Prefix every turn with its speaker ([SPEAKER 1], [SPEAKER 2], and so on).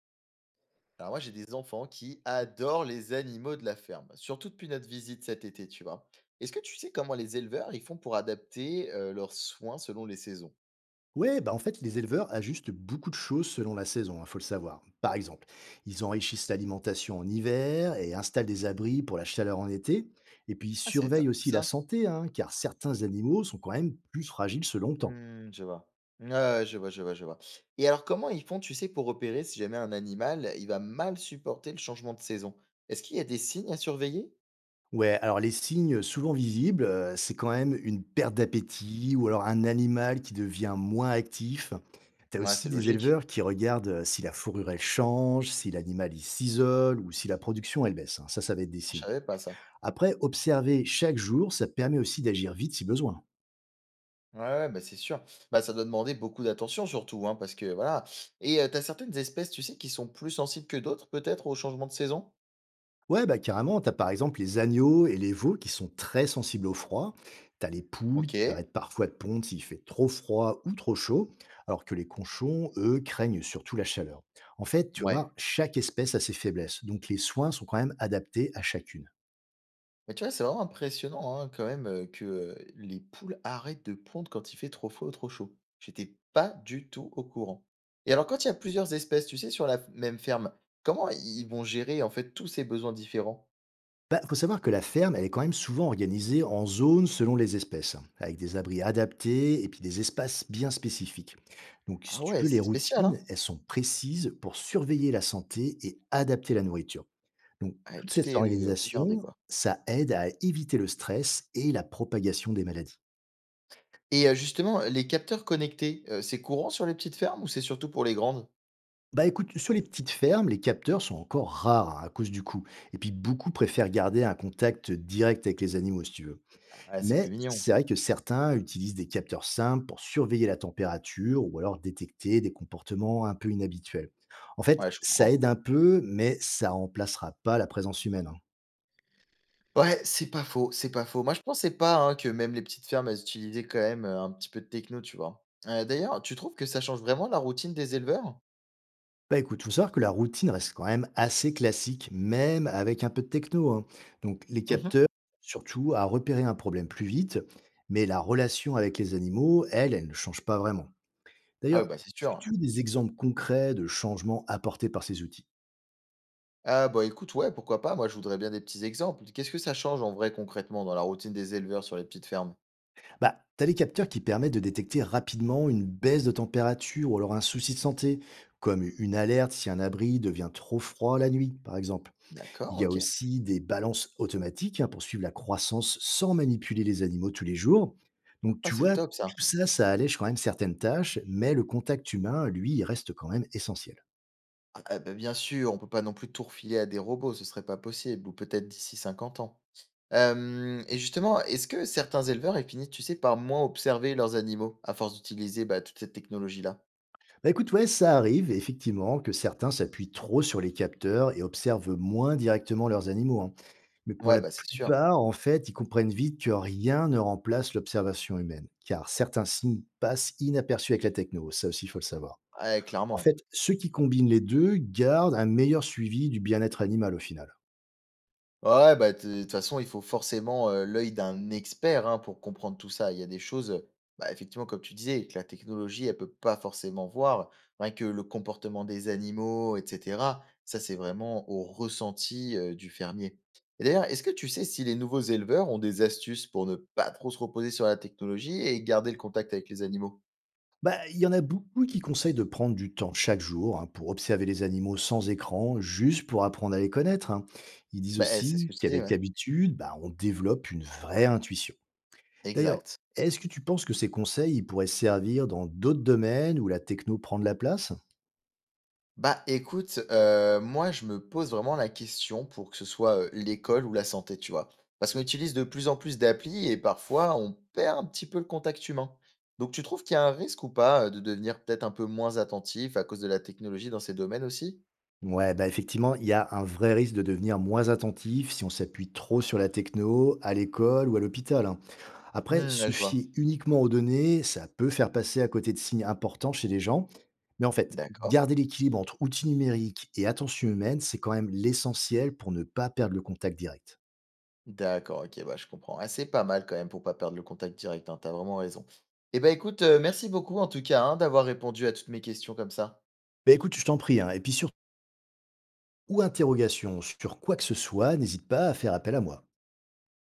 [SPEAKER 1] Alors moi, j'ai des enfants qui adorent les animaux de la ferme, surtout depuis notre visite cet été, tu vois. Est-ce que tu sais comment les éleveurs ils font pour adapter leurs soins selon les saisons?
[SPEAKER 2] Ouais, bah en fait, les éleveurs ajustent beaucoup de choses selon la saison, il faut le savoir. Par exemple, ils enrichissent l'alimentation en hiver et installent des abris pour la chaleur en été. Et puis, ils
[SPEAKER 1] Ah, c'est
[SPEAKER 2] surveillent
[SPEAKER 1] tout
[SPEAKER 2] aussi la
[SPEAKER 1] ça?
[SPEAKER 2] santé, hein, car certains animaux sont quand même plus fragiles selon le temps.
[SPEAKER 1] Je vois. Ouais, ouais, je vois, je vois, je vois. Et alors, comment ils font, tu sais, pour repérer si jamais un animal, il va mal supporter le changement de saison? Est-ce qu'il y a des signes à surveiller?
[SPEAKER 2] Ouais, alors les signes souvent visibles, c'est quand même une perte d'appétit ou alors un animal qui devient moins actif. T'as
[SPEAKER 1] Ouais,
[SPEAKER 2] aussi
[SPEAKER 1] c'est
[SPEAKER 2] des
[SPEAKER 1] logique.
[SPEAKER 2] éleveurs qui regardent si la fourrure elle change, si l'animal il s'isole ou si la production elle baisse, hein. Ça va être des
[SPEAKER 1] Je
[SPEAKER 2] signes.
[SPEAKER 1] savais pas ça.
[SPEAKER 2] Après, observer chaque jour, ça permet aussi d'agir vite si besoin.
[SPEAKER 1] Ouais, ouais, bah, c'est sûr. Bah, ça doit demander beaucoup d'attention surtout, hein, parce que voilà. Et, tu certaines espèces, tu sais, qui sont plus sensibles que d'autres peut-être au changement de saison?
[SPEAKER 2] Ouais, bah carrément, t'as par exemple les agneaux et les veaux qui sont très sensibles au froid. T'as les poules qui
[SPEAKER 1] OK,
[SPEAKER 2] arrêtent parfois de pondre s'il fait trop froid ou trop chaud, alors que les conchons, eux, craignent surtout la chaleur. En fait, tu
[SPEAKER 1] ouais.
[SPEAKER 2] vois, chaque espèce a ses faiblesses, donc les soins sont quand même adaptés à chacune.
[SPEAKER 1] Mais tu vois, c'est vraiment impressionnant, hein, quand même, que les poules arrêtent de pondre quand il fait trop froid ou trop chaud. J'étais pas du tout au courant. Et alors quand il y a plusieurs espèces, tu sais, sur la f même ferme, comment ils vont gérer, en fait, tous ces besoins différents?
[SPEAKER 2] Bah, faut savoir que la ferme, elle est quand même souvent organisée en zones selon les espèces, hein, avec des abris adaptés et puis des espaces bien spécifiques. Donc, si
[SPEAKER 1] Ah
[SPEAKER 2] tu
[SPEAKER 1] ouais,
[SPEAKER 2] veux, les
[SPEAKER 1] c'est spécial,
[SPEAKER 2] routines,
[SPEAKER 1] hein?
[SPEAKER 2] elles sont précises pour surveiller la santé et adapter la nourriture. Donc,
[SPEAKER 1] Ouais,
[SPEAKER 2] toute
[SPEAKER 1] tout
[SPEAKER 2] cette
[SPEAKER 1] est regardé,
[SPEAKER 2] organisation,
[SPEAKER 1] quoi.
[SPEAKER 2] ça aide à éviter le stress et la propagation des maladies.
[SPEAKER 1] Et justement, les capteurs connectés, c'est courant sur les petites fermes ou c'est surtout pour les grandes?
[SPEAKER 2] Bah écoute, sur les petites fermes, les capteurs sont encore rares, hein, à cause du coût. Et puis beaucoup préfèrent garder un contact direct avec les animaux, si tu veux.
[SPEAKER 1] Ah, c'est
[SPEAKER 2] Mais
[SPEAKER 1] plus mignon.
[SPEAKER 2] c'est vrai que certains utilisent des capteurs simples pour surveiller la température ou alors détecter des comportements un peu inhabituels. En fait,
[SPEAKER 1] Ouais, je
[SPEAKER 2] ça aide
[SPEAKER 1] comprends.
[SPEAKER 2] un peu, mais ça remplacera pas la présence humaine, hein.
[SPEAKER 1] Ouais, c'est pas faux, c'est pas faux. Moi, je pensais pas, hein, que même les petites fermes, elles utilisaient quand même, un petit peu de techno, tu vois? D'ailleurs, tu trouves que ça change vraiment la routine des éleveurs?
[SPEAKER 2] Bah écoute, faut savoir que la routine reste quand même assez classique, même avec un peu de techno, hein. Donc les
[SPEAKER 1] Mmh.
[SPEAKER 2] capteurs, surtout à repérer un problème plus vite, mais la relation avec les animaux, elle, elle ne change pas vraiment.
[SPEAKER 1] Ah
[SPEAKER 2] D'ailleurs,
[SPEAKER 1] oui, bah, c'est
[SPEAKER 2] est-ce que tu
[SPEAKER 1] sûr.
[SPEAKER 2] veux des exemples concrets de changements apportés par ces outils?
[SPEAKER 1] Ah bah, écoute, ouais, pourquoi pas? Moi, je voudrais bien des petits exemples. Qu'est-ce que ça change en vrai, concrètement, dans la routine des éleveurs sur les petites fermes?
[SPEAKER 2] Bah, t'as les capteurs qui permettent de détecter rapidement une baisse de température ou alors un souci de santé, comme une alerte si un abri devient trop froid la nuit, par exemple. Il
[SPEAKER 1] D'accord,
[SPEAKER 2] y a
[SPEAKER 1] OK.
[SPEAKER 2] aussi des balances automatiques, hein, pour suivre la croissance sans manipuler les animaux tous les jours. Donc,
[SPEAKER 1] Ah,
[SPEAKER 2] tu
[SPEAKER 1] c'est
[SPEAKER 2] vois,
[SPEAKER 1] top ça.
[SPEAKER 2] tout ça, ça allège quand même certaines tâches, mais le contact humain, lui, il reste quand même essentiel.
[SPEAKER 1] Ah bah, bien sûr, on peut pas non plus tout refiler à des robots, ce serait pas possible, ou peut-être d'ici 50 ans. Hem et justement, est-ce que certains éleveurs, ils finissent, tu sais, par moins observer leurs animaux, à force d'utiliser, bah, toute cette technologie-là?
[SPEAKER 2] Bah écoute, ouais, ça arrive effectivement que certains s'appuient trop sur les capteurs et observent moins directement leurs animaux, hein. Mais pour
[SPEAKER 1] Ouais,
[SPEAKER 2] la
[SPEAKER 1] bah, c'est sûr.
[SPEAKER 2] plupart, en fait, ils comprennent vite que rien ne remplace l'observation humaine, car certains signes passent inaperçus avec la techno. Ça aussi, il faut le savoir.
[SPEAKER 1] Ouais,
[SPEAKER 2] En
[SPEAKER 1] clairement.
[SPEAKER 2] fait, ceux qui combinent les deux gardent un meilleur suivi du bien-être animal au final.
[SPEAKER 1] Ouais, bah, t de toute façon, il faut forcément, l'œil d'un expert, hein, pour comprendre tout ça. Il y a des choses, bah, effectivement, comme tu disais, que la technologie, elle peut pas forcément voir. Rien que le comportement des animaux et cetera, ça, c'est vraiment au ressenti, du fermier. Et d'ailleurs, est-ce que tu sais si les nouveaux éleveurs ont des astuces pour ne pas trop se reposer sur la technologie et garder le contact avec les animaux?
[SPEAKER 2] Bah, il y en a beaucoup qui conseillent de prendre du temps chaque jour, hein, pour observer les animaux sans écran, juste pour apprendre à les connaître, hein. Ils disent
[SPEAKER 1] Bah, eh, c'est ce
[SPEAKER 2] aussi
[SPEAKER 1] que je disais,
[SPEAKER 2] qu'avec
[SPEAKER 1] ouais.
[SPEAKER 2] habitude, bah, on développe une vraie intuition. D'ailleurs,
[SPEAKER 1] Exact.
[SPEAKER 2] est-ce que tu penses que ces conseils ils pourraient servir dans d'autres domaines où la techno prend de la place?
[SPEAKER 1] Bah, écoute, moi, je me pose vraiment la question pour que ce soit, l'école ou la santé, tu vois? Parce qu'on utilise de plus en plus d'applis et parfois on perd un petit peu le contact humain. Donc tu trouves qu'il y a un risque ou pas, de devenir peut-être un peu moins attentif à cause de la technologie dans ces domaines aussi?
[SPEAKER 2] Ouais, bah effectivement, il y a un vrai risque de devenir moins attentif si on s'appuie trop sur la techno à l'école ou à l'hôpital, hein. Après,
[SPEAKER 1] Mmh,
[SPEAKER 2] se
[SPEAKER 1] ouais, je vois.
[SPEAKER 2] fier uniquement aux données, ça peut faire passer à côté de signes importants chez les gens. Mais en fait,
[SPEAKER 1] D'accord.
[SPEAKER 2] garder l'équilibre entre outils numériques et attention humaine, c'est quand même l'essentiel pour ne pas perdre le contact direct.
[SPEAKER 1] D'accord, OK, bah, je comprends. Ah, c'est pas mal quand même pour pas perdre le contact direct, hein, tu vraiment raison. Eh bah, écoute, merci beaucoup en tout cas, hein, d'avoir répondu à toutes mes questions comme ça.
[SPEAKER 2] Bah écoute, je t'en prie, hein, et puis surtout, ou interrogation sur quoi que ce soit, n'hésite pas à faire appel à moi.